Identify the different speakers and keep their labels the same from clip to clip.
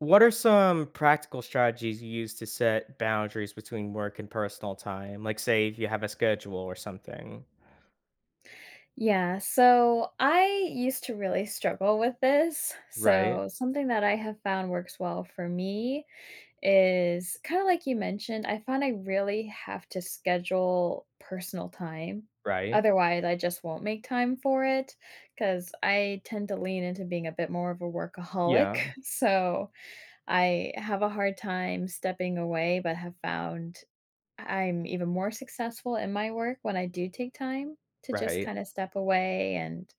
Speaker 1: What are some practical strategies you use to set boundaries between work and personal time? Like, say, if you have a schedule or something.
Speaker 2: Yeah, so I used to really struggle with this.
Speaker 1: Right,
Speaker 2: So, something that I have found works well for me is kind of like you mentioned, I find I really have to schedule personal time.
Speaker 1: right.
Speaker 2: Otherwise, I just won't make time for it because I tend to lean into being a bit more of a workaholic.
Speaker 1: Yeah,
Speaker 2: So I have a hard time stepping away, but have found I'm even more successful in my work when I do take time to just
Speaker 1: right.
Speaker 2: kinda step away and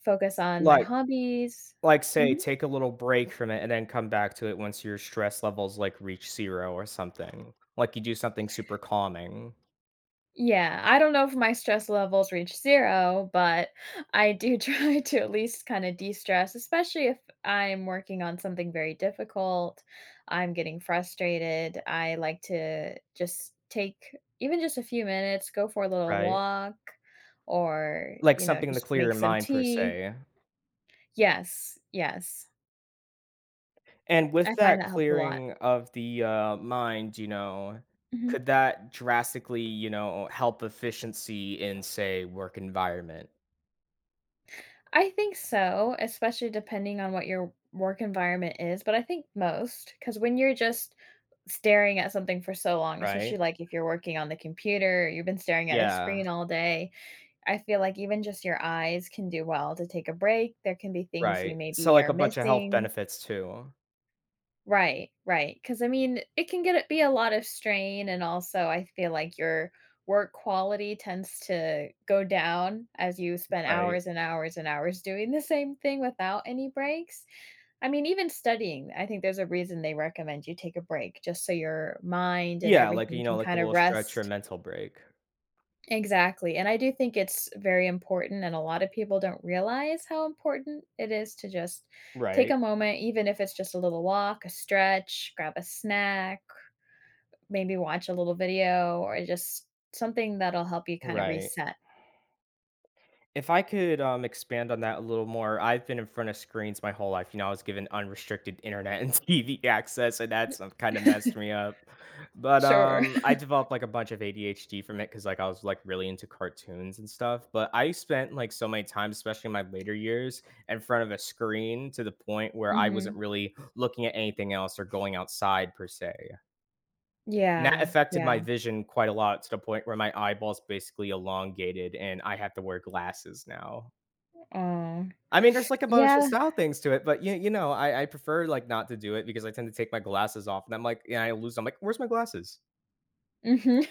Speaker 2: focus on my
Speaker 1: Like
Speaker 2: hobbies.
Speaker 1: like say,
Speaker 2: Mhm.
Speaker 1: take a little break from it and then come back to it once your stress levels, like, reach 0 or something. Like, you do something super calming,
Speaker 2: Yeah, I don't know if my stress levels reach 0, but I do try to at least kinda de-stress, especially if I'm working on something very difficult, I'm getting frustrated, I like to just take even just a few minutes, go for a little
Speaker 1: right?
Speaker 2: walk or,
Speaker 1: Like,
Speaker 2: you know,
Speaker 1: something to
Speaker 2: just
Speaker 1: clear
Speaker 2: make
Speaker 1: your
Speaker 2: some
Speaker 1: mind per
Speaker 2: tea.
Speaker 1: se.
Speaker 2: Yes, yes.
Speaker 1: And
Speaker 2: I
Speaker 1: with
Speaker 2: find
Speaker 1: that
Speaker 2: that helps a lot.
Speaker 1: clearing of the, mind,
Speaker 2: Mhm.
Speaker 1: could that drastically, help efficiency in, say, work environment,
Speaker 2: I think so, especially depending on what your work environment is, but I think most, because when you're just staring at something for so long, especially,
Speaker 1: right?
Speaker 2: like, if you're working on the computer, you've been staring at a
Speaker 1: Yeah,
Speaker 2: screen all day, I feel like even just your eyes can do well to take a break. There can be things you
Speaker 1: right. So,
Speaker 2: maybe
Speaker 1: like,
Speaker 2: are
Speaker 1: a bunch of health
Speaker 2: missing.
Speaker 1: benefits too,
Speaker 2: Right, right. Because I mean, it can get be a lot of strain, and also I feel like your work quality tends to go down as you spend
Speaker 1: right?
Speaker 2: hours and hours and hours doing the same thing without any breaks. I mean, even studying, I think there's a reason they recommend you take a break just so your mind and
Speaker 1: Yeah, like,
Speaker 2: everything
Speaker 1: you know,
Speaker 2: can
Speaker 1: like a
Speaker 2: kind of
Speaker 1: little stretch or
Speaker 2: rest.
Speaker 1: mental break.
Speaker 2: Exactly, and I do think it's very important, and a lot of people don't realize how important it is to just take
Speaker 1: Right,
Speaker 2: a moment, even if it's just a little walk, a stretch, grab a snack, maybe watch a little video, or just something that'll help you kind of
Speaker 1: right.
Speaker 2: reset.
Speaker 1: If I could expand on that a little more, I've been in front of screens my whole life. You know, I was given unrestricted internet and TV access, and that's kind of messed me up. But
Speaker 2: Sure.
Speaker 1: um, I developed like a bunch of ADHD from it because like I was like really into cartoons and stuff. But I spent like so many times, especially in my later years, in front of a screen to the point where I
Speaker 2: Mhm.
Speaker 1: wasn't really looking at anything else or going outside per se. And that
Speaker 2: Yeah,
Speaker 1: affected
Speaker 2: yeah.
Speaker 1: my vision quite a lot to the point where my eyeballs basically elongated and I have to wear glasses now.
Speaker 2: Oh.
Speaker 1: I mean, there's, like, a bunch of
Speaker 2: Yeah.
Speaker 1: style things to it, but you know, I prefer, like, not to do it because I tend to take my glasses off, and I'm like yeah, I'm like, "Where's my glasses?"
Speaker 2: Mhm.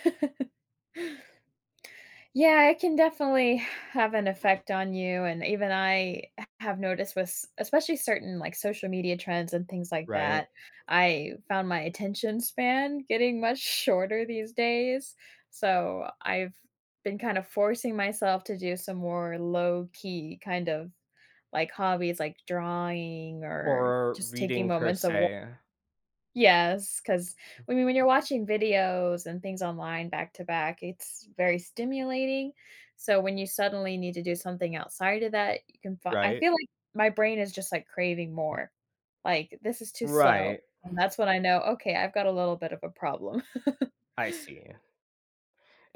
Speaker 2: Yeah, it can definitely have an effect on you, and even I have noticed with s especially certain, like, social media trends and things like
Speaker 1: Right?
Speaker 2: that, I found my attention span getting much shorter these days, so I've been kind of forcing myself to do some more low-key kind of, like, hobbies, like drawing or
Speaker 1: Or
Speaker 2: just taking
Speaker 1: reading per
Speaker 2: moments of.
Speaker 1: se,
Speaker 2: Yes, because I mean, when you're watching videos and things online back to back, it's very stimulating, so when you suddenly need to do something outside of that, you can fi I
Speaker 1: right?
Speaker 2: feel like my brain is just, like, craving more, like, "This is too slow,"
Speaker 1: Right.
Speaker 2: and that's when I know, "Okay, I've got a little bit of a problem."
Speaker 1: I see.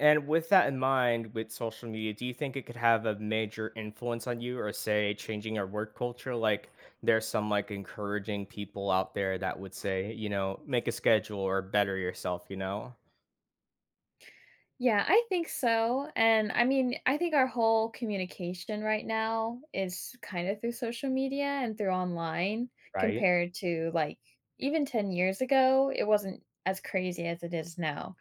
Speaker 1: And with that in mind, with social media, do you think it could have a major influence on you or, say, changing our work culture? Like, there's some, like, encouraging people out there that would say, you know, "Make a schedule or better yourself," you know?
Speaker 2: Yeah, I think so, and I mean, I think our whole communication right now is kinda through social media and through online
Speaker 1: Right?
Speaker 2: compared to, like, even 10 years ago, it wasn't as crazy as it is now,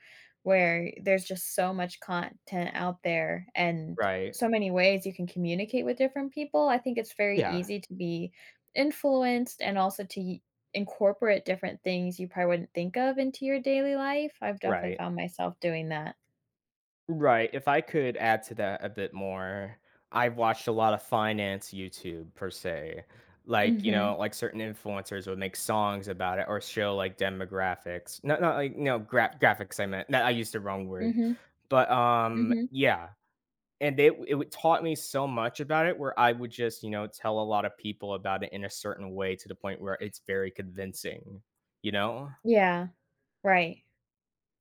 Speaker 2: where there's just so much content out there and
Speaker 1: Right.
Speaker 2: so many ways you can communicate with different people. I think it's very
Speaker 1: Yeah.
Speaker 2: easy to be influenced and also to y incorporate different things you probably wouldn't think of into your daily life. I've definitely
Speaker 1: Right.
Speaker 2: found myself doing that.
Speaker 1: Right, if I could add to that a bit more, I've watched a lot of finance YouTube per se. Like, you
Speaker 2: Mhm,
Speaker 1: know, like certain influencers would make songs about it or show like demographics. Not like no graphics I meant. That I used the wrong word.
Speaker 2: mhm,
Speaker 1: But
Speaker 2: mhm.
Speaker 1: yeah. And they it would taught me so much about it where I would just, you know, tell a lot of people about it in a certain way to the point where it's very convincing, you know?
Speaker 2: Yeah, right.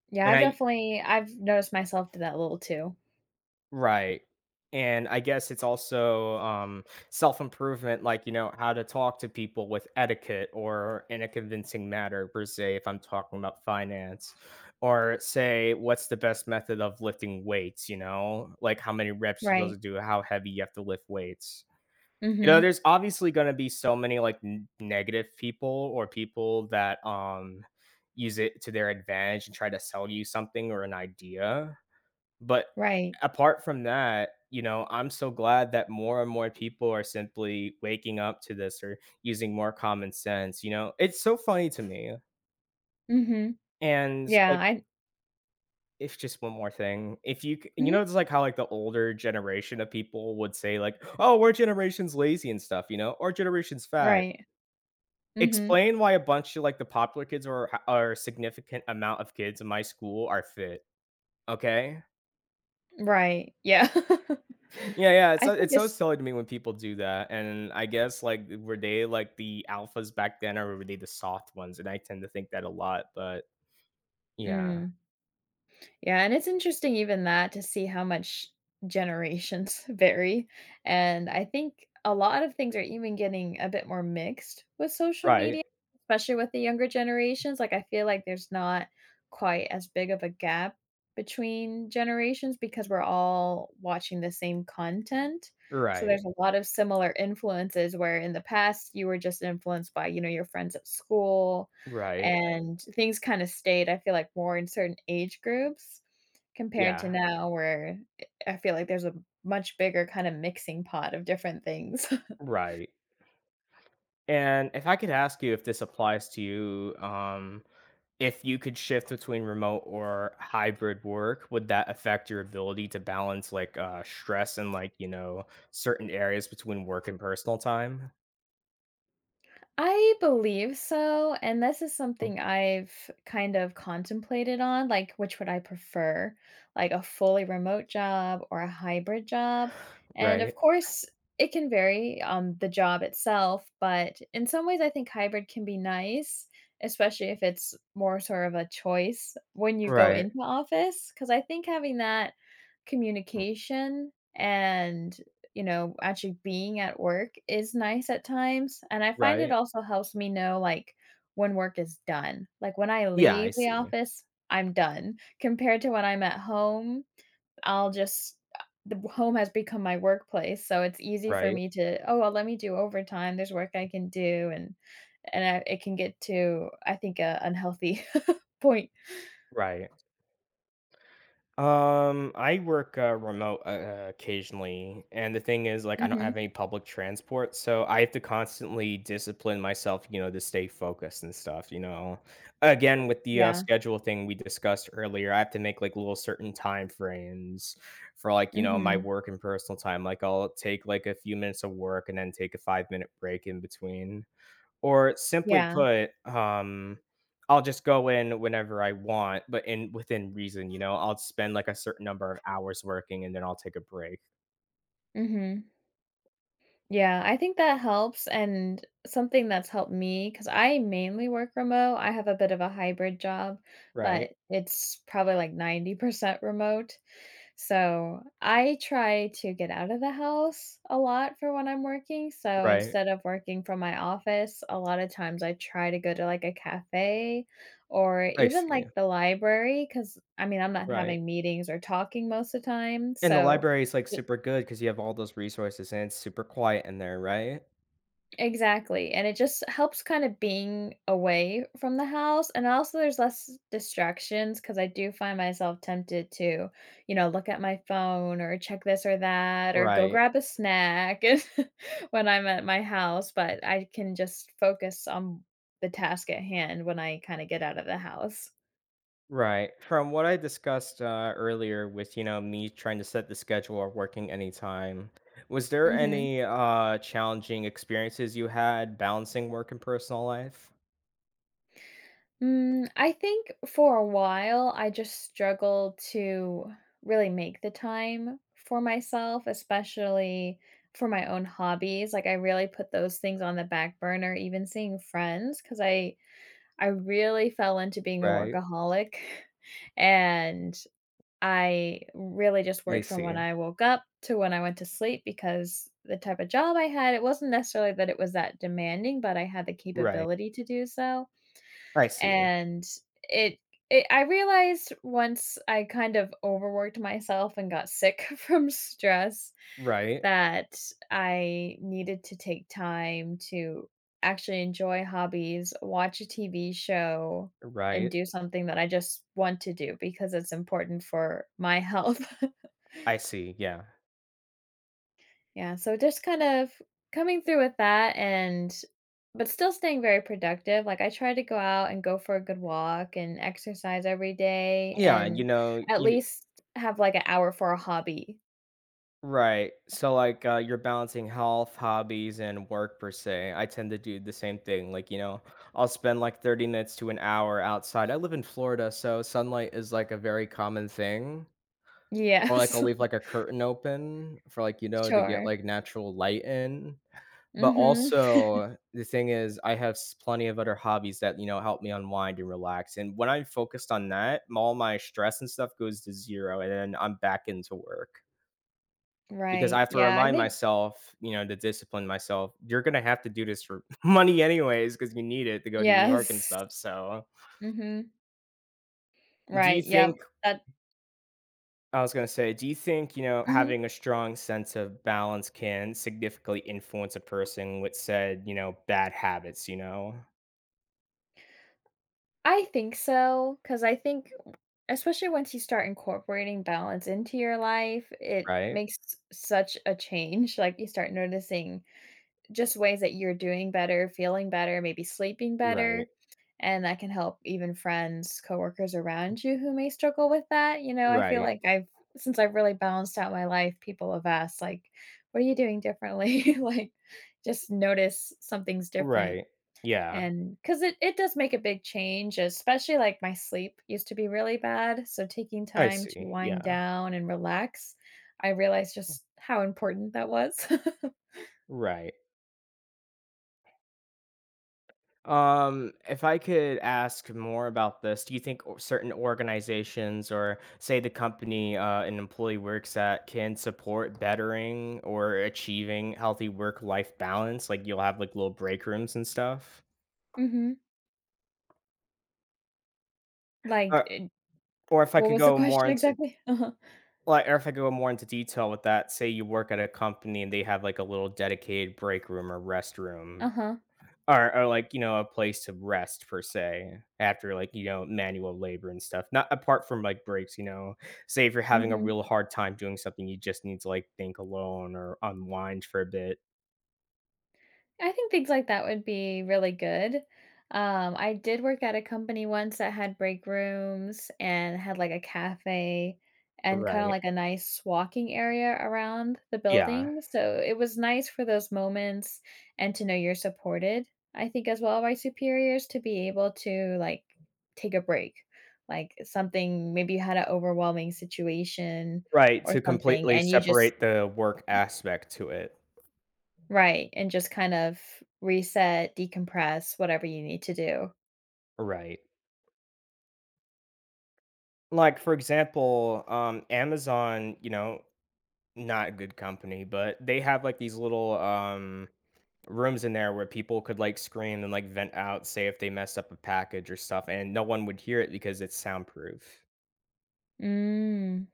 Speaker 2: Yeah,
Speaker 1: And
Speaker 2: I've
Speaker 1: I
Speaker 2: definitely I've noticed myself do that a little too.
Speaker 1: Right. And I guess it's also self improvement, like, you know, how to talk to people with etiquette or in a convincing manner, per se, if I'm talking about finance, or say, what's the best method of lifting weights, you know, like how many reps you're
Speaker 2: Right.
Speaker 1: supposed to do, how heavy you have to lift weights. You know,
Speaker 2: Mhm,
Speaker 1: there's obviously going to be so many like negative people or people that use it to their advantage and try to sell you something or an idea but
Speaker 2: right.
Speaker 1: apart from that, you know, I'm so glad that more and more people are simply waking up to this or using more common sense, you know? It's so funny to me.
Speaker 2: Mhm.
Speaker 1: And
Speaker 2: Yeah,
Speaker 1: like
Speaker 2: I
Speaker 1: if just one more thing, if you you
Speaker 2: mhm,
Speaker 1: know, it's like how the older generation of people would say like, "Oh, we're generation's lazy and stuff," you know, or generation's fat.
Speaker 2: right. Mhm,
Speaker 1: Explain why a bunch of like the popular kids or a significant amount of kids in my school are fit, okay?
Speaker 2: right. Yeah.
Speaker 1: Yeah, yeah,
Speaker 2: I think
Speaker 1: it's so
Speaker 2: it's
Speaker 1: silly to me when people do that, and I guess, like, were they, like, the alphas back then, or were they the soft ones? And I tend to think that a lot, but yeah.
Speaker 2: mm. Yeah, and it's interesting even that to see how much generations vary, and I think a lot of things are even getting a bit more mixed with social
Speaker 1: Right,
Speaker 2: media, especially with the younger generations, like, I feel like there's not quite as big of a gap between generations because we're all watching the same content, so
Speaker 1: right,
Speaker 2: there's a lot of similar influences where in the past you were just influenced by, you know, your friends at school,
Speaker 1: right,
Speaker 2: and things kinda stayed, I feel like, more in certain age groups. Compared to
Speaker 1: yeah,
Speaker 2: now where I feel like there's a much bigger kinda mixing pot of different things.
Speaker 1: right, and if I could ask you if this applies to you, if you could shift between remote or hybrid work, would that affect your ability to balance, like, stress and, like, you know, certain areas between work and personal time?
Speaker 2: I believe so, and this is something I've kind of contemplated on, like which would I prefer, like a fully remote job or a hybrid job? And of
Speaker 1: Right,
Speaker 2: course, it can vary on the job itself, but in some ways I think hybrid can be nice, especially if it's more sort of a choice when you go
Speaker 1: right,
Speaker 2: into office, because I think having that
Speaker 1: mm,
Speaker 2: communication and you know, actually being at work is nice at times, and I find it
Speaker 1: right.
Speaker 2: also helps me know, like, when work is done. Like, when I
Speaker 1: Yeah, I
Speaker 2: leave the
Speaker 1: see.
Speaker 2: office, I'm done, compared to when I'm at home, I'll just the home has become my workplace, so it's easy for
Speaker 1: Right,
Speaker 2: me to, "Oh, well, let me do overtime, there's work I can do," and I it can get to, I think, a unhealthy point.
Speaker 1: right. I work, remote, occasionally, and the thing is, like, I don't
Speaker 2: Mhm.
Speaker 1: have any public transport, so I have to constantly discipline myself, you know, to stay focused and stuff, you know? Again, with the,
Speaker 2: Yeah.
Speaker 1: schedule thing we discussed earlier, I have to make, like, little certain time frames for, like, you know, my
Speaker 2: Mhm.
Speaker 1: work and personal time, like, I'll take, like, a few minutes of work and then take a five-minute break in between. Or simply
Speaker 2: Yeah.
Speaker 1: put, I'll just go in whenever I want, but in within reason, you know, I'll spend like a certain number of hours working and then I'll take a break.
Speaker 2: Mhm. Yeah, I think that helps, and something that's helped me because I mainly work remote, I have a bit of a hybrid job,
Speaker 1: Right,
Speaker 2: but it's probably like 90% remote, so I try to get out of the house a lot for when I'm working, so
Speaker 1: right.
Speaker 2: instead of working from my office, a lot of times I try to go to, like, a cafe or
Speaker 1: I
Speaker 2: even,
Speaker 1: see,
Speaker 2: like, the library because I mean, I'm not
Speaker 1: right.
Speaker 2: having meetings or talking most of the time,
Speaker 1: And the
Speaker 2: so.
Speaker 1: library is like super good because you have all those resources and it's super quiet in there, right?
Speaker 2: Exactly, and it just helps kind of being away from the house, and also there's less distractions because I do find myself tempted to, you know, look at my phone or check this or that or go
Speaker 1: Right,
Speaker 2: grab a snack and when I'm at my house, but I can just focus on the task at hand when I kinda get out of the house.
Speaker 1: right. From what I discussed earlier with, you know, me trying to set the schedule or working anytime, was there
Speaker 2: Mhm.
Speaker 1: any challenging experiences you had balancing work and personal life?
Speaker 2: Mm, I think for a while I just struggled to really make the time for myself, especially for my own hobbies. Like I really put those things on the back burner, even seeing friends, because I really fell into being a
Speaker 1: Right.
Speaker 2: workaholic and I really just
Speaker 1: I
Speaker 2: worked from when
Speaker 1: see.
Speaker 2: I woke up to when I went to sleep because the type of job I had, it wasn't necessarily that it was that demanding, but I had the
Speaker 1: Right.
Speaker 2: capability to do so.
Speaker 1: I see.
Speaker 2: And it it I realized once I kind of overworked myself and got sick from stress
Speaker 1: Right.
Speaker 2: that I needed to take time to actually enjoy hobbies, watch a TV show, and
Speaker 1: Right.
Speaker 2: do something that I just want to do because it's important for my health.
Speaker 1: I see, yeah.
Speaker 2: Yeah, so just kind of coming through with that and but still staying very productive. Like I try to go out and go for a good walk and exercise every day
Speaker 1: Yeah, you
Speaker 2: and
Speaker 1: know,
Speaker 2: at
Speaker 1: you kn
Speaker 2: least have like an hour for a hobby.
Speaker 1: right. So, like, you're balancing health, hobbies, and work per se. I tend to do the same thing, like, you know, I'll spend, like, 30 minutes to an hour outside. I live in Florida, so sunlight is, like, a very common thing, or, like,
Speaker 2: Yes.
Speaker 1: I'll leave, like, a curtain open for, like, you know, to get,
Speaker 2: Sure.
Speaker 1: like, natural light in. But
Speaker 2: Mhm.
Speaker 1: also, the thing is, I have s plenty of other hobbies that, you know, help me unwind and relax, and when I'm focused on that, all my stress and stuff goes to 0, and then I'm back into work. Because I
Speaker 2: Right.
Speaker 1: have to
Speaker 2: Yeah, I
Speaker 1: remind
Speaker 2: think
Speaker 1: myself, you know, to discipline myself, "You're gonna have to do this for money anyways because you need it to go to New York and
Speaker 2: yes.
Speaker 1: stuff," so
Speaker 2: Mhm.
Speaker 1: do you
Speaker 2: Right. Yep.
Speaker 1: think
Speaker 2: That
Speaker 1: I was gonna say, do you think, you know,
Speaker 2: mhm.
Speaker 1: having a strong sense of balance can significantly influence a person with said, you know, bad habits, you know?
Speaker 2: I think so, because I think especially once you start incorporating balance into your life, it
Speaker 1: Right?
Speaker 2: makes such a change, like, you start noticing just ways that you're doing better, feeling better, maybe sleeping
Speaker 1: Right.
Speaker 2: better, and that can help even friends, coworkers around you who may struggle with that, you know, I feel
Speaker 1: Right,
Speaker 2: like I've since I've really balanced out my life, people have asked, like, "What are you doing differently?" Like, just notice something's different.
Speaker 1: right. Yeah,
Speaker 2: And because it does make a big change, especially, like, my sleep used to be really bad, so taking
Speaker 1: I
Speaker 2: time to
Speaker 1: see,
Speaker 2: wind
Speaker 1: yeah,
Speaker 2: down and relax, I realized just how important that was.
Speaker 1: right. If I could ask more about this, do you think o certain organizations or, say, the company, an employee works at can support bettering or achieving healthy work-life balance? Like, you'll have, like, little break rooms and stuff?
Speaker 2: Mhm. Like,
Speaker 1: Or
Speaker 2: eh,
Speaker 1: or if I
Speaker 2: what
Speaker 1: could
Speaker 2: was the
Speaker 1: go more
Speaker 2: question
Speaker 1: into
Speaker 2: exactly? Uh-huh.
Speaker 1: like, or if I could go more into detail with that, say you work at a company and they have, like, a little dedicated break room or restroom.
Speaker 2: Uh-huh.
Speaker 1: Or, like, you know, a place to rest per se after, like, you know, manual labor and stuff. Not apart from, like, breaks, you know? Say if you're having a
Speaker 2: Mhm.
Speaker 1: real hard time doing something, you just need to, like, think alone or unwind for a bit.
Speaker 2: I think things like that would be really good. I did work at a company once that had break rooms and had, like, a cafe and kinda,
Speaker 1: Right.
Speaker 2: like, a nice walking area around the
Speaker 1: Yeah.
Speaker 2: building, so it was nice for those moments and to know you're supported, I think, as well by superiors to be able to, like, take a break. Like, something maybe you had an overwhelming situation
Speaker 1: Right,
Speaker 2: or
Speaker 1: to
Speaker 2: something,
Speaker 1: completely
Speaker 2: and you just
Speaker 1: separate the work aspect to it.
Speaker 2: right, and just kind of reset, decompress, whatever you need to do.
Speaker 1: Right. Like, for example, Amazon, you know, not a good company, but they have, like, these little, rooms in there where people could like scream and like vent out, say if they messed up a package or stuff, and no one would hear it because it's soundproof.
Speaker 2: Mm.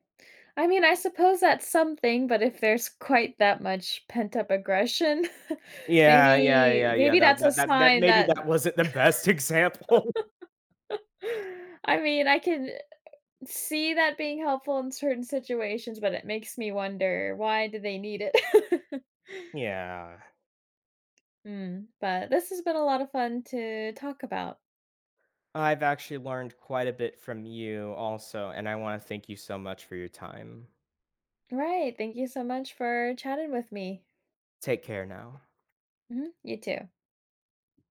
Speaker 2: I mean, I suppose that's something, but if there's quite that much pent-up aggression,
Speaker 1: Yeah, yeah,
Speaker 2: maybe
Speaker 1: yeah, yeah.
Speaker 2: maybe
Speaker 1: That
Speaker 2: that's a
Speaker 1: that that, that
Speaker 2: sign
Speaker 1: maybe
Speaker 2: that.
Speaker 1: that wasn't the best example.
Speaker 2: I mean, I can see that being helpful in certain situations, but it makes me wonder, why do they need it?
Speaker 1: Yeah.
Speaker 2: Mm, but this has been a lot of fun to talk about.
Speaker 1: I've actually learned quite a bit from you also, and I want to thank you so much for your time.
Speaker 2: Right, thank you so much for chatting with me.
Speaker 1: Take care now.
Speaker 2: Mhm, you too.